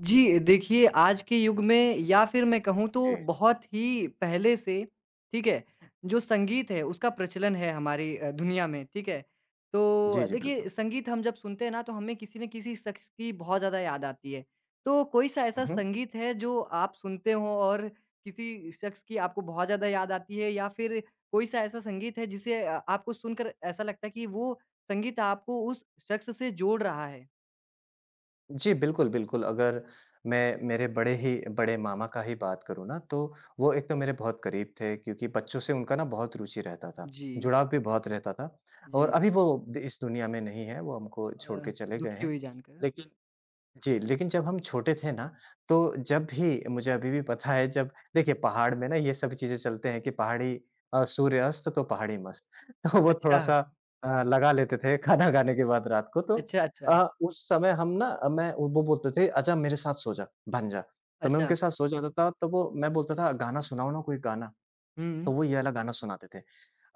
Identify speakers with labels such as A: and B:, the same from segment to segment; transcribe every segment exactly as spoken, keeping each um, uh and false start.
A: जी, देखिए आज के युग में या फिर मैं कहूँ तो
B: जी।
A: बहुत ही पहले से, ठीक है, जो संगीत है उसका प्रचलन है हमारी अ, दुनिया में, ठीक है।
B: जी,
A: तो
B: जी,
A: देखिए
B: बिल्कुल।
A: संगीत हम जब सुनते हैं ना तो हमें किसी न किसी शख़्स की बहुत ज़्यादा याद आती है। तो कोई-सा
B: हुँ,
A: ऐसा
B: हुँ।
A: संगीत है जो आप सुनते हो और किसी शख़्स की आपको बहुत ज़्यादा याद आती है या फिर कोई-सा ऐसा संगीत है जिसे अ, आपको सुनकर ऐसा लगता है कि वो संगीत आपको उस शख़्स से जोड़ रहा है?
B: जी, बिल्कुल, बिल्कुल, अगर मैं मेरे बड़े ही बड़े मामा का ही बात करूँ ना, तो वो एक तो मेरे बहुत करीब थे क्योंकि बच्चों से उनका ना बहुत रुचि रहता था,
A: जी,
B: जुड़ाव भी बहुत रहता था
A: जी।
B: और अभी वो द इस दुनिया में नहीं है, वो हमको
A: अ,
B: छोड़ के चले गए
A: दुखी
B: हैं।
A: हुई जानकर।
B: लेकिन जी, लेकिन जब हम छोटे थे ना, तो जब भी मुझे अभी भी पता है जब देखिए पहाड़ में ना ये सभी चीज़ें चलते हैं कि पहाड़ी अ, सूर्य अस्त तो पहाड़ी मस्त। तो वो
A: अच्छा,
B: थोड़ा-सा अ, लगा लेते थे खाना खाने के बाद रात को तो
A: अच्छा, अच्छा,
B: अ, उस समय हम ना अ, मैं वो बोलते थे, "आजा मेरे साथ सो जा, बन जा।" तो मैं
A: अच्छा।
B: उनके साथ सो जाता था, तो वो मैं बोलता था, "गाना सुनाओ ना कोई गाना।"
A: हुँ,
B: तो वो ये वाला गाना सुनाते थे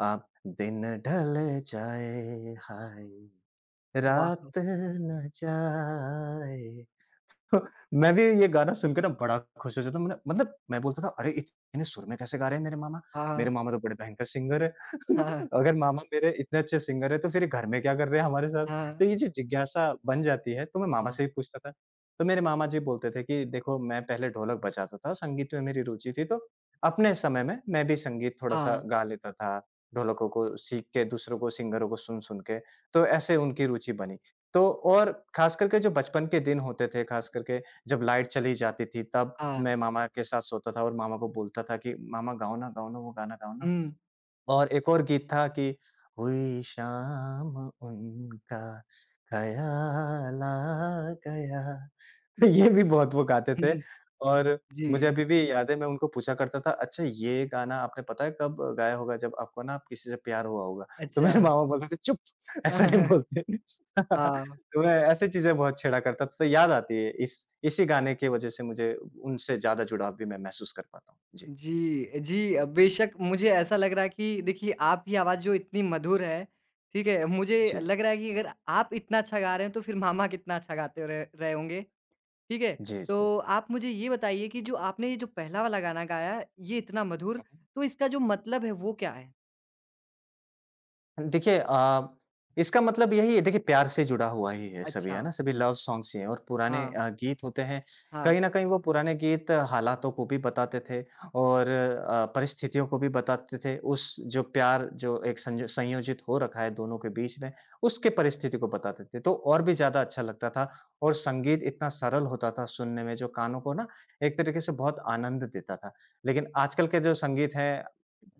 B: अ, दिन ढल जाए हाय
A: वाह!
B: रात ना जाए। मैं भी ये गाना सुन के ना बड़ा खुश हो जाता हूँ। मैंने मतलब मैं बोलता था, "अरे! इतने सुर में कैसे गा रहे हैं मेरे मामा? मेरे
A: हाँ,
B: मामा तो बड़े भयंकर सिंगर हैं।
A: हाँ,
B: अगर मामा मेरे इतने अच्छे सिंगर हैं, तो फिर ये घर में क्या कर रहे हैं हमारे साथ?"
A: हाँ,
B: तो ये जो जिज्ञासा बन जाती है, तो मैं मामा
A: हाँ,
B: से भी पूछता था। तो मेरे मामा जी बोलते थे कि देखो मैं पहले ढोलक बजाता था, संगीत में मेरी रुचि थी, तो अपने समय में मैं भी संगीत थोड़ा-सा
A: हाँ,
B: गा लेता था, ढोलकों को सीख के, दूसरों को, सिंगरों को सुन-सुन के। तो ऐसे उनकी रुचि बनी। तो और खास करके जो बचपन के दिन होते थे, खास करके जब लाइट चली जाती थी, तब
A: हाँ।
B: मैं मामा के साथ सोता था और मामा को बोलता था कि, "मामा गाओ ना, गाओ ना, वो गाना गाओ ना।"
A: हुँ,
B: और एक और गीत था कि हुई शाम उनका ख़याल आ गया। तो ये भी बहुत वो गाते थे
A: हुँ,
B: और
A: जी,
B: मुझे अभी भी याद है मैं उनको पूछा करता था, "अच्छा ये गाना आपने पता है कब गाया होगा जब आपको ना किसी से प्यार हुआ होगा?" तो
A: अच्छा।
B: मेरे मामा बोलते थे, "चुप! ऐसा नहीं बोलते।"
A: हाँ,
B: तो मैं ऐसी चीज़ें बहुत छेड़ा करता था, तो याद आती है इस इसी गाने की वज़ह से मुझे उनसे ज़्यादा जुड़ाव भी मैं महसूस कर पाता हूँ। जी।
A: जी, जी अ, बेशक मुझे ऐसा लग रहा है कि देखिए आपकी आवाज़ जो इतनी मधुर है, ठीक है? मुझे
B: जी।
A: लग रहा है कि अगर आप इतना अच्छा गा रहे हैं तो फिर मामा कितना अच्छा गाते रहे रहे होंगे। ठीक है?
B: जी, जी। हुँ,
A: तो आप मुझे ये बताइए कि जो आपने ये जो पहला वाला गाना गाया, ये इतना मधुर,
B: हुँ।
A: तो इसका जो मतलब है वो क्या है?
B: देखिए अ, इसका मतलब यही है। देखिए प्यार से जुड़ा हुआ ही है सभी,
A: अच्छा,
B: है ना? सभी लव सॉन्ग्स ही हैं और पुराने
A: हाँ,
B: अ, गीत होते हैं,
A: हाँ।
B: कहीं न कहीं वो पुराने गीत हालातों को भी बताते थे और अ, परिस्थितियों को भी बताते थे। उस जो प्यार जो एक संज संयोजित हो रखा है दोनों के बीच में, उसके परिस्थिति को बताते थे, तो और भी ज़्यादा अच्छा लगता था और संगीत इतना सरल होता था सुनने में जो कानों को ना एक तरीके से बहुत आनंद देता था। लेकिन आजकल के जो संगीत है,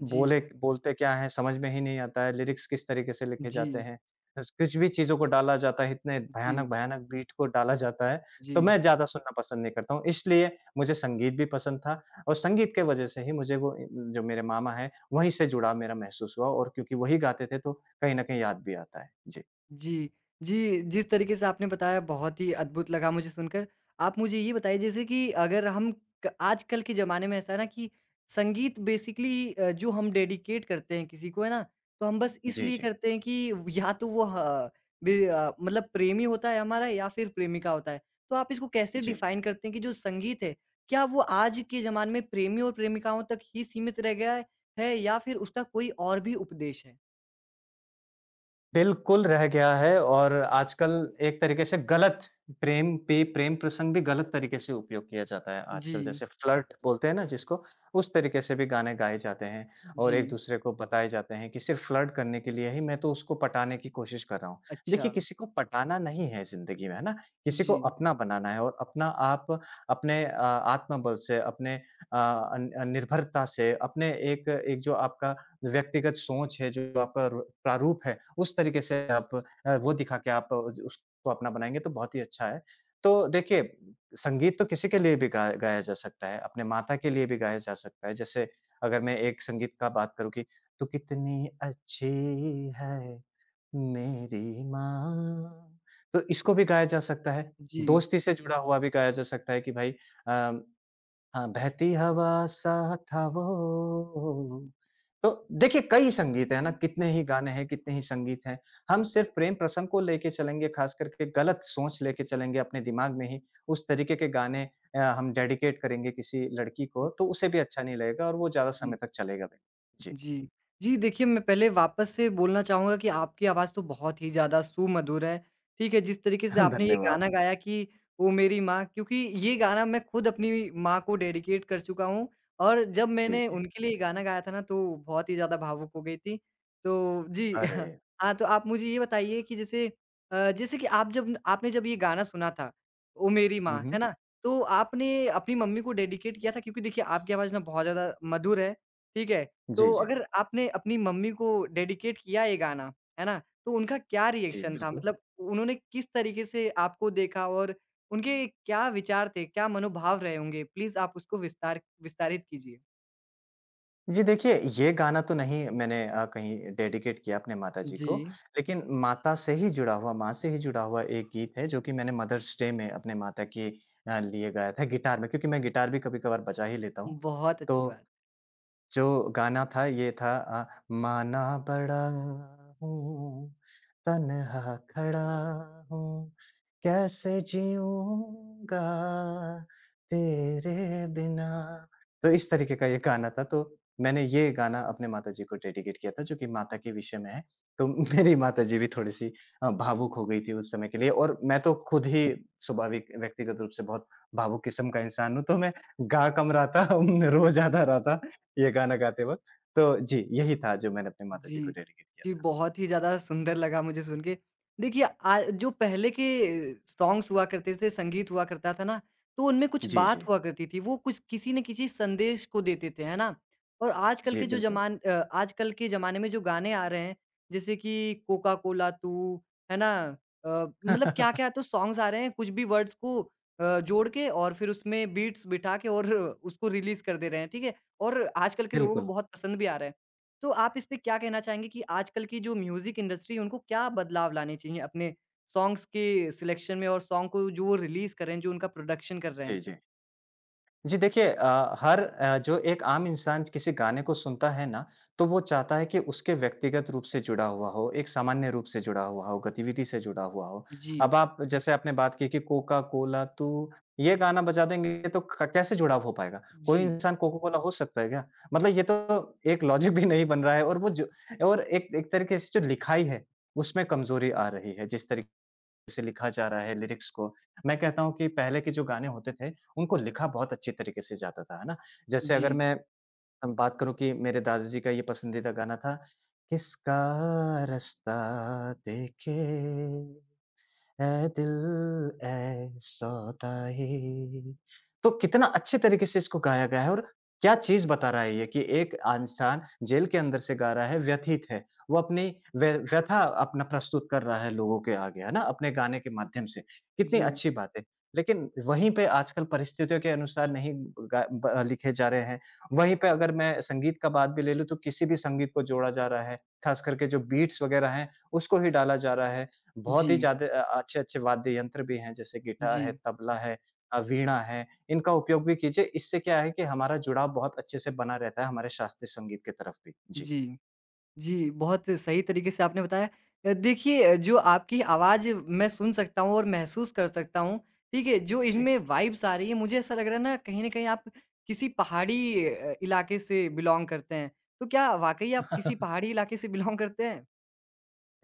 B: बोले
A: जी,
B: बोलते क्या हैं, समझ में ही नहीं आता है, लिरिक्स किस तरीके से लिखे
A: जी,
B: जाते हैं। बस कुछ भी चीज़ों को डाला जाता है, इतने
A: जी,
B: भयानक-भयानक बीट को डाला जाता है, तो
A: जी।
B: मैं ज़्यादा सुनना पसंद नहीं करता हूँ। इसलिए मुझे संगीत भी पसंद था और संगीत के वजह से ही मुझे वो इ जो मेरे मामा हैं, वहीं से जुड़ाव मेरा महसूस हुआ और क्योंकि वही गाते थे, तो कहीं न कहीं याद भी आता है। जी।
A: जी। जी, जिस तरीके से आपने बताया बहुत ही अद्भुत लगा मुझे सुनकर। आप मुझे ये बताइए जैसे कि अगर हम क आजकल के ज़माने में ऐसा है ना कि संगीत बेसिकली अ, जो हम डेडिकेट करते हैं किसी को है ना, तो हम बस
B: जी,
A: इसलिए
B: जी।
A: करते हैं कि या तो वो ह बे अ, मतलब प्रेमी होता है हमारा या फिर प्रेमिका होता है। तो आप इसको कैसे
B: जी।
A: डिफाइन करते हैं कि जो संगीत है, क्या वो आज के ज़माने में प्रेमी और प्रेमिकाओं तक ही सीमित रह गया है है या फिर उसका कोई और भी उपदेश है?
B: बिल्कुल रह गया है और आजकल एक तरीके से गलत प्रेम पे प्रेम प्रसंग भी गलत तरीके से उपयोग किया जाता है आजकल।
A: जी,
B: जैसे फ्लर्ट बोलते हैं ना जिसको, उस तरीके से भी गाने गाए जाते हैं और
A: जी।
B: एक दूसरे को बताए जाते हैं कि सिर्फ फ्लर्ट करने के लिए ही मैं तो उसको पटाने की कोशिश कर रहा हूँ।
A: अच्छा।
B: देखिए किसी को पटाना नहीं है जिंदगी में, है ना? किसी को
A: जी,
B: अपना बनाना है और अपना आप अपने अ, आत्मबल से अपने अ, अन- निर्भरता से अपने एक एक जो आपका व्यक्तिगत सोच है, जो आपका र प्रारूप है, उस तरीके से आप अ, वो दिखा के आप उज उसको अपना बनाएँगे तो बहुत ही अच्छा है। तो देखिए, संगीत तो किसी के लिए भी गाया गाया जा सकता है, अपने माता के लिए भी गाया जा सकता है। जैसे अगर मैं एक संगीत का बात करूँ कि तू कितनी अच्छी है मेरी माँ, तो इसको भी गाया जा सकता है।
A: जी,
B: दोस्ती से जुड़ा हुआ भी गाया जा सकता है कि भाई अ हाँ, बहती हवा सा था वो। तो देखिए कई संगीत हैं ना,
A: जी,
B: कितने ही गाने हैं, कितने ही संगीत हैं। हम सिर्फ़ प्रेम प्रसंग को लेके चलेंगे, ख़ास करके गलत सोच लेके चलेंगे अपने दिमाग में ही, उस तरीके के गाने अ, हम डेडिकेट करेंगे किसी लड़की को, तो उसे भी अच्छा नहीं लगेगा और वो ज़्यादा समय
A: जी।
B: तक चलेगा भी। जी,
A: जी। जी, देखिए मैं पहले वापस से बोलना चाहूँगा कि आपकी आवाज़ तो बहुत ही ज़्यादा सुमधुर है, ठीक है? जिस तरीके से आपने ये गाना
B: धन्यवाद।
A: गाया कि वो मेरी माँ क्योंकि ये गाना मैं खुद अपनी माँ को डेडिकेट कर चुका हूँ और जब
B: जी,
A: मैंने
B: जी।
A: उनके लिए ये गाना गाया था ना तो बहुत ही ज़्यादा भावुक हो गई थी। तो जी,
B: अरे!
A: हाँ, तो आप मुझे ये बताइए कि जैसे अ, जैसे कि आप जब आपने जब ये गाना सुना था, ओ मेरी
B: हुँ,
A: माँ, है
B: हुँ।
A: ना? तो आपने अपनी मम्मी को डेडिकेट किया था क्योंकि देखिए आपकी आवाज़ ना बहुत ज़्यादा मधुर है, ठीक है?
B: जी,
A: तो
B: जी।
A: अगर आपने अपनी मम्मी को डेडिकेट किया ये गाना, है ना? तो उनका क्या
B: जी,
A: रिएक्शन था?
B: बिल्कुल।
A: मतलब उन्होंने किस तरीके से आपको देखा और उनके क्या विचार थे, क्या मनोभाव रहे होंगे? प्लीज़ आप उसको विस्तार विस्तारित कीजिए।
B: जी देखिए, ये गाना तो नहीं मैंने अ, कहीं डेडिकेट किया अपने माताजी को,
A: जी।
B: लेकिन माता से ही जुड़ा हुआ माँ से ही जुड़ा हुआ एक गीत है जो कि मैंने मदर्स डे में अपने माता के अ, लिए गाया था गिटार में क्योंकि मैं गिटार भी कभी-कभार बजा ही लेता हूँ।
A: बहुत
B: तो
A: अच्छी बात।
B: जो गाना था ये था, अ, माना बड़ा हूँ, तन्हा खड़ा हूँ, कैसे जीऊँगा तेरे बिना। तो इस तरीके का ये गाना था, तो मैंने ये गाना अपने माताजी को डेडिकेट किया था जो कि माता के विषय में है। तो मेरी माताजी भी थोड़ी-सी अ, भावुक हो गई थी उस समय के लिए और मैं तो खुद ही स्वाभाविक व्यक्तिगत रूप से बहुत भावुक किस्म का इंसान हूँ, तो मैं गा कम रहा था, रो ज़्यादा रहा था ये गाना गाते वक़्त। तो जी, यही था जो मैंने अपने माताजी को
A: जी।
B: डेडिकेट किया
A: जी,
B: था।
A: बहुत ही ज़्यादा सुंदर लगा मुझे सुन के। देखिए आ जो पहले के सॉन्ग्स हुआ करते थे, संगीत हुआ करता था ना, तो उनमें कुछ
B: जी,
A: बात
B: जी।
A: हुआ करती थी, वो कुछ किसी न किसी संदेश को देते थे, है ना? और आजकल
B: जी,
A: के जो
B: बिल्कुल।
A: जमान अ, आजकल के ज़माने में जो गाने आ रहे हैं, जैसे कि कोका कोला तू, है ना? अ, मतलब क्या-क्या तो सॉन्ग्स आ रहे हैं, कुछ भी वर्ड्स को अ, जोड़ के और फिर उसमें बीट्स बिठा के और उसको रिलीज़ कर दे रहे हैं, ठीक है? और आजकल के लोगों को
B: बिल्कुल।
A: बहुत पसंद भी आ रहा है। तो आप इस पे क्या कहना चाहेंगे कि आजकल की जो म्यूज़िक इंडस्ट्री है, उनको क्या बदलाव लाने चाहिए अपने सॉन्ग्स के सिलेक्शन में और सॉन्ग को जो वो रिलीज़ कर रहे हैं, जो उनका प्रोडक्शन कर रहे
B: जी,
A: हैं?
B: जी। जी देखिए अ, हर अ, जो एक आम इंसान किसी गाने को सुनता है ना, तो वो चाहता है कि उसके व्यक्तिगत रूप से जुड़ा हुआ हो, एक सामान्य रूप से जुड़ा हुआ हो, गतिविधि से जुड़ा हुआ हो। अब
A: जी,
B: आप जैसे आपने बात की कि कोका कोला तू, ये गाना बजा देंगे तो क- कैसे जुड़ाव हो पाएगा? कोई
A: जी,
B: इंसान कोका कोला हो सकता है क्या? मतलब ये तो एक लॉजिक भी नहीं बन रहा है। और वो जो, और एक एक तरीके से जो लिखाई है उसमें कमजोरी आ रही है, जिस तरीके से लिखा जा रहा है लिरिक्स को। मैं कहता हूँ कि पहले के जो गाने होते थे, उनको लिखा बहुत अच्छे तरीके से जाता था, है ना? जैसे अगर
A: जी,
B: मैं अ, बात करूँ कि मेरे दादा जी का ये पसंदीदा गाना था, किसका रास्ता देखे है दिल ऐसा ही। तो कितना अच्छे तरीके से इसको गाया गया है और क्या चीज बता रहा है ये कि एक इंसान जेल के अंदर से गा रहा है, व्यथित है, वो अपनी व्य- व्यथा अपना प्रस्तुत कर रहा है लोगों के आगे, है ना? अपने गाने के माध्यम से। कितनी
A: जी,
B: अच्छी बात है। लेकिन वहीं पे आजकल परिस्थितियों के अनुसार नहीं गा- ब- लिखे जा रहे हैं। वहीं पे अगर मैं संगीत का बात भी ले लूं, तो किसी भी संगीत को जोड़ा जा रहा है, खास करके जो बीट्स वगैरह हैं उसको ही डाला जा रहा है। बहुत ही
A: जी,
B: ज़्यादा अ, अच्छे-अच्छे वाद्य यंत्र भी हैं, जैसे गिटार
A: जी।
B: है, तबला है, अ, वीणा है, इनका उपयोग भी कीजिए। इससे क्या है कि हमारा जुड़ाव बहुत अच्छे से बना रहता है हमारे शास्त्रीय संगीत की तरफ भी। जी,
A: जी जी, बहुत सही तरीके से आपने बताया। अ, देखिए जो आपकी आवाज़ मैं सुन सकता हूँ और महसूस कर सकता हूँ, ठीक है? जो
B: जी।
A: इनमें वाइब्स आ रही है मुझे ऐसा लग रहा है ना कहीं न कहीं आप किसी पहाड़ी अ, इलाके से बिलॉन्ग करते हैं। तो क्या वाक़ई आप किसी पहाड़ी इलाके से बिलॉन्ग करते हैं?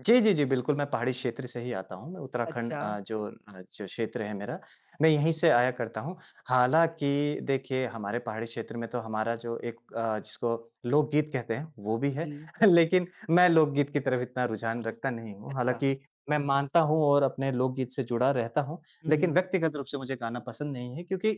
B: जी, जी, जी, बिल्कुल, मैं पहाड़ी क्षेत्र से ही आता हूँ। मैं उत्तराखंड,
A: अच्छा,
B: अ, जो अ, जो क्षेत्र है मेरा, मैं यहीं से आया करता हूँ। हालाँकि देखिए, हमारे पहाड़ी क्षेत्र में तो हमारा जो एक अ, जिसको लोकगीत कहते हैं, वो भी है।
A: जी,
B: लेकिन मैं लोकगीत की तरफ इतना रुझान रखता नहीं हूँ।
A: अच्छा।
B: हालाँकि मैं मानता हूँ और अपने लोकगीत से जुड़ा रहता हूँ, लेकिन
A: हुँ,
B: व्यक्तिगत रूप से मुझे गाना पसंद नहीं है, क्योंकि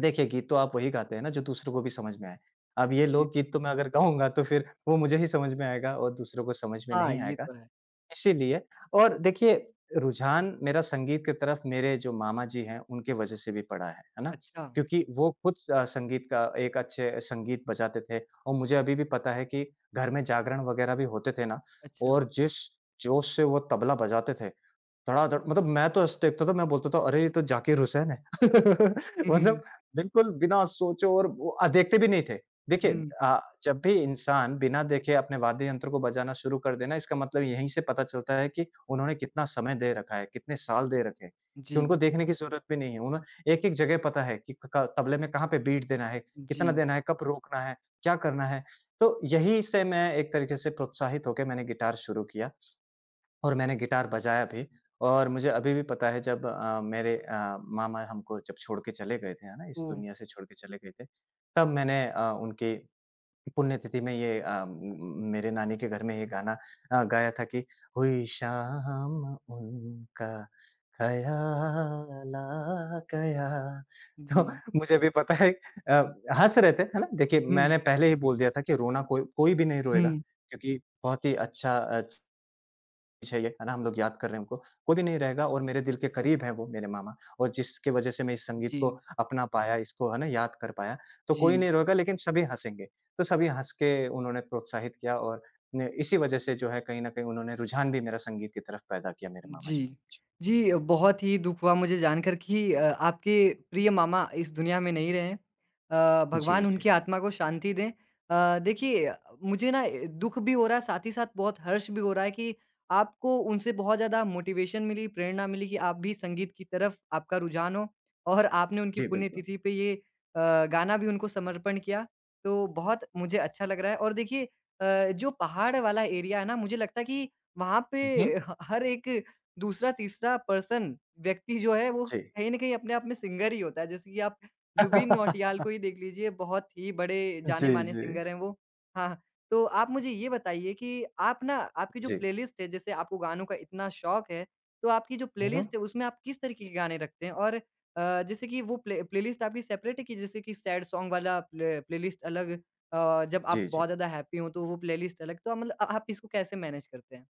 B: देखिए, गीत तो आप वही गाते हैं ना, जो दूसरों को भी समझ में आए। अब ये
A: जी।
B: लोकगीत तो मैं अगर गाऊँगा, तो फिर वो मुझे ही समझ में आएगा और दूसरों को समझ में
A: हाँ,
B: नहीं
A: ये
B: आएगा।
A: तो है।
B: इसीलिए और देखिए, रुझान मेरा संगीत की तरफ मेरे जो मामा जी हैं, उनके वज़ह से भी पड़ा है, है ना?
A: अच्छा,
B: क्योंकि वो खुद अ, संगीत का एक अच्छे संगीत बजाते थे। और मुझे अभी भी पता है कि घर में जागरण वगैरह भी होते थे ना।
A: अच्छा।
B: और जिस जोश से वो तबला बजाते थे, धड़ाधड़। मतलब मैं तो ऐसे देखता था, मैं बोलता था अरे ये तो ज़ाकिर हुसैन है।
A: हुँ, हुँ, हुँ।
B: मतलब बिल्कुल बिना सोचे, और वो अ, देखते भी नहीं थे। देखिए,
A: हुँ,
B: अ, जब भी इंसान बिना देखे अपने वाद्य यंत्र को बजाना शुरू कर देना, इसका मतलब यहीं से पता चलता है कि उन्होंने कितना समय दे रखा है, कितने साल दे रखे हैं, कि
A: जी,
B: उनको देखने की ज़रूरत भी नहीं है। उन्हें एक-एक जगह पता है कि क क तबले में कहाँ पे बीट देना है,
A: जी।
B: कितना देना है, कब रोकना है, क्या करना है। तो यही से मैं एक तरीके से प्रोत्साहित होके मैंने गिटार शुरू किया, और मैंने गिटार बजाया भी। और मुझे अभी भी पता है जब अ, मेरे अ, मामा हमको जब छोड़ के चले गए थे, है ना? इस
A: ओह!
B: दुनिया से छोड़ के चले गए थे, तब मैंने अ, उनकी पुण्यतिथि में ये अ, म मेरे नानी के घर में ये गाना अ, गाया था कि हुई शाम उनका ख़याल आ गया। तो
A: जी।
B: मुझे भी पता है। अ, हँस रहे थे, है ना? देखिए,
A: हुँ,
B: मैंने पहले ही बोल दिया था कि रोना कोई कोई भी नहीं रोएगा,
A: हुँ।
B: क्योंकि बहुत ही अच्छा अ चीज़ है ये, है ना? हम लोग याद कर रहे हैं उनको। कोई भी नहीं रहेगा, और मेरे दिल के करीब हैं वो, मेरे मामा, और जिसकी वज़ह से मैं इस संगीत को
A: जी,
B: अपना पाया, इसको है ना याद कर पाया। तो
A: जी।
B: कोई नहीं रोएगा, लेकिन सभी हँसेंगे। तो सभी हँस के उन्होंने प्रोत्साहित किया, और ने इसी वज़ह से जो है कहीं न कहीं उन्होंने रुझान भी मेरा संगीत की तरफ पैदा किया, मेरे मामा
A: जी।
B: जी ने। जी।
A: जी, बहुत ही दुःख हुआ मुझे जानकर कि अ, आपके प्रिय मामा इस दुनिया में नहीं रहे हैं। अ,
B: जी,
A: भगवान
B: जी।
A: उनकी आत्मा को शांति दें। अ, देखिए अ, मुझे ना ए, दुःख भी हो रहा है, साथ ही साथ बहुत हर्ष भी हो रहा है कि आपको उनसे बहुत ज़्यादा मोटिवेशन मिली, प्रेरणा मिली कि आप भी संगीत की तरफ आपका रुझान हो और आपने उनकी
B: जी, बिल्कुल।
A: पुण्यतिथि पे ये अ, गाना भी उनको समर्पण किया। तो बहुत मुझे अच्छा लग रहा है और देखिए अ, जो पहाड़ वाला एरिया है ना, मुझे लगता है कि वहाँ पे
B: हुँ, हुँ।
A: ह हर एक दूसरा, तीसरा पर्सन व्यक्ति जो है वो
B: जी।
A: कहीं न कहीं अपने आप में सिंगर ही होता है। जैसे कि आप जुबीन नौटियाल को ही देख लीजिए, बहुत ही बड़े
B: जी,
A: जाने-माने
B: जी।
A: सिंगर हैं वो। हाँ, हाँ। तो आप मुझे ये बताइए कि आप ना आपकी जो
B: जी।
A: प्लेलिस्ट है जैसे आपको गानों का इतना शौक है, तो आपकी जो
B: हुँ, हुँ।
A: प्लेलिस्ट है उसमें आप किस तरीके के गाने रखते हैं? और अ, जैसे कि वो प्ले प्लेलिस्ट आपकी सेपरेट है कि जैसे कि सैड सॉन्ग वाला प्ले प्लेलिस्ट अलग अ, जब आप
B: जी, जी।
A: बहुत ज़्यादा हैप्पी हो तो वो प्लेलिस्ट अलग, तो आप मतलब अ, आप इसको कैसे मैनेज करते हैं?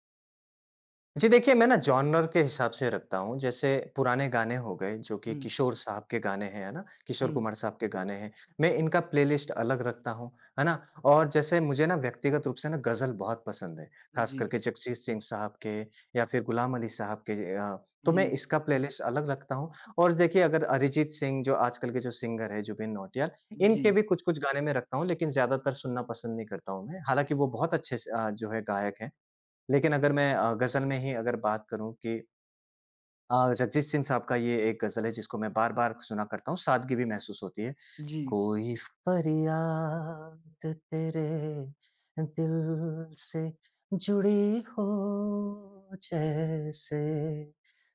B: जी देखिए, मैं ना जॉनर के हिसाब से रखता हूँ। जैसे पुराने गाने हो गए जो कि
A: हुँ,
B: किशोर साहब के गाने हैं, है ना? किशोर
A: हुँ।
B: कुमार साहब के गाने हैं। मैं इनका प्लेलिस्ट अलग रखता हूँ, है ना? और जैसे मुझे ना व्यक्तिगत रूप से ना ग़ज़ल बहुत पसंद है, ख़ास
A: जी।
B: करके जगजीत सिंह साहब के या फिर गुलाम अली साहब के। अ, तो मैं
A: जी,
B: इसका प्लेलिस्ट अलग रखता हूँ। और देखिए, अगर अरिजीत सिंह, जो आजकल के जो सिंगर हैं, जुबिन नौटियाल,
A: जी,
B: इनके भी कुछ-कुछ गाने मैं रखता हूँ, लेकिन ज़्यादातर सुनना पसंद नहीं करता हूँ मैं। हालाँकि वो बहुत अच्छे स अ, जो है गायक हैं। लेकिन अगर मैं अ, गज़ल में ही अगर बात करूँ कि अ, जगजीत सिंह साहब का ये एक गज़ल है जिसको मैं बार-बार सुना करता हूँ, सादगी भी महसूस होती है।
A: जी,
B: कोई फरियाद तेरे दिल से जुड़ी हो जैसे।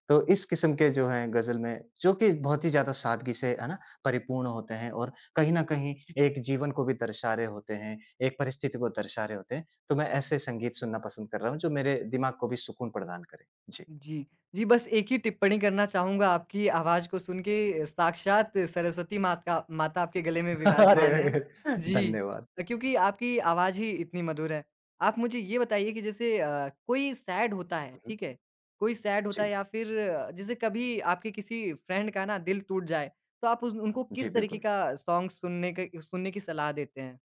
B: तो इस किस्म के जो हैं गज़ल में, जो कि बहुत ही ज़्यादा सादगी से, है ना, परिपूर्ण होते हैं, और कहीं न कहीं एक जीवन को भी दर्शा रहे होते हैं, एक परिस्थिति को दर्शा रहे होते हैं। तो मैं ऐसे संगीत सुनना पसंद कर रहा हूँ जो मेरे दिमाग को भी सुकून प्रदान करे। जी।
A: जी। जी, बस एक ही टिप्पणी करना चाहूँगा आपकी आवाज़ को सुन के साक्षात सरस्वती मात का माता आपके गले में विराजमान है।
B: अरे!
A: जी,
B: धन्यवाद।
A: क्योंकि आपकी आवाज़ ही इतनी मधुर है। आप मुझे ये बताइए कि जैसे अ, कोई सैड होता है,
B: हुँ, हुँ।
A: ठीक है? कोई सैड होता है
B: जी।
A: या फिर जैसे कभी आपके किसी फ्रेंड का ना दिल टूट जाए, तो आप उन उनको
B: जी,
A: किस तरीके
B: बिल्कुल।
A: का सॉन्ग सुनने के सुनने की सलाह देते हैं?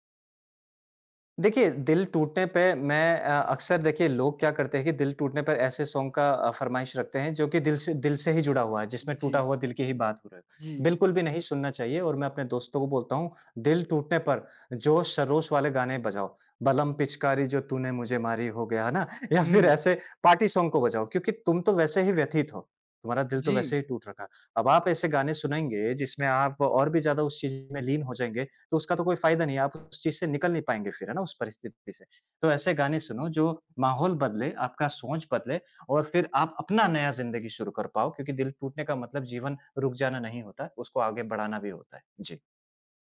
B: देखिए, दिल टूटने पे मैं अ, अक्सर देखिए लोग क्या करते हैं कि दिल टूटने पर ऐसे सॉन्ग का अ, फ़रमाइश रखते हैं जो कि दिल से दिल से ही जुड़ा हुआ है, जिसमें टूटा
A: जी,
B: हुआ दिल की ही बात हो रही
A: जी।
B: है। बिल्कुल भी नहीं सुनना चाहिए। और मैं अपने दोस्तों को बोलता हूँ, दिल टूटने पर जोश खरोश वाले गाने बजाओ। बलम पिचकारी जो तूने मुझे मारी हो गया, है ना? या फिर
A: हुँ,
B: ऐसे पार्टी सॉन्ग को बजाओ, क्योंकि तुम तो वैसे ही व्यथित हो, तुम्हारा दिल तो
A: जी।
B: वैसे ही टूट रखा। अब आप ऐसे गाने सुनेंगे जिसमें आप और भी ज़्यादा उस चीज़ में लीन हो जाएँगे, तो उसका तो कोई फ़ायदा नहीं है, आप उस चीज़ से निकल नहीं पाएँगे फिर, है ना? उस परिस्थिति से। तो ऐसे गाने सुनो जो माहौल बदले, आपका सोच बदले, और फिर आप अपना नया ज़िंदगी शुरू कर पाओ, क्योंकि दिल टूटने का मतलब जीवन रुक जाना नहीं होता, उसको आगे बढ़ाना भी होता है। जी,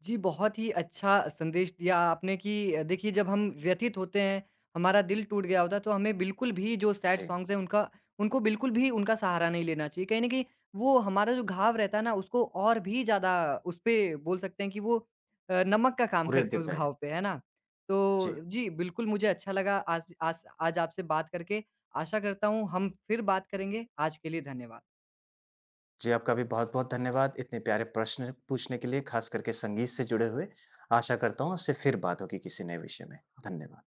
A: जी, बहुत ही अच्छा संदेश दिया आपने कि अ, देखिए जब हम व्यथित होते हैं, हमारा दिल टूट गया होता है तो हमें बिल्कुल भी जो सैड
B: जी,
A: सॉन्ग्स हैं उनका उनको बिल्कुल भी उनका सहारा नहीं लेना चाहिए। कहीं न कहीं वो हमारा जो घाव रहता है ना उसको और भी ज़्यादा उसपे बोल सकते हैं कि वो अ, नमक का काम
B: पूरे
A: करते हैं उस
B: देता है।
A: घाव पे, है ना? तो
B: जी,
A: जी, बिल्कुल मुझे अच्छा लगा आज आज आज आपसे बात करके। आशा करता हूँ हम फिर बात करेंगे। आज के लिए धन्यवाद।
B: जी, आपका भी बहुत-बहुत धन्यवाद इतने प्यारे प्रश्न पूछने के लिए, ख़ास करके संगीत से जुड़े हुए। आशा करता हूँ, आपसे फिर बात होगी किसी नए विषय में। धन्यवाद।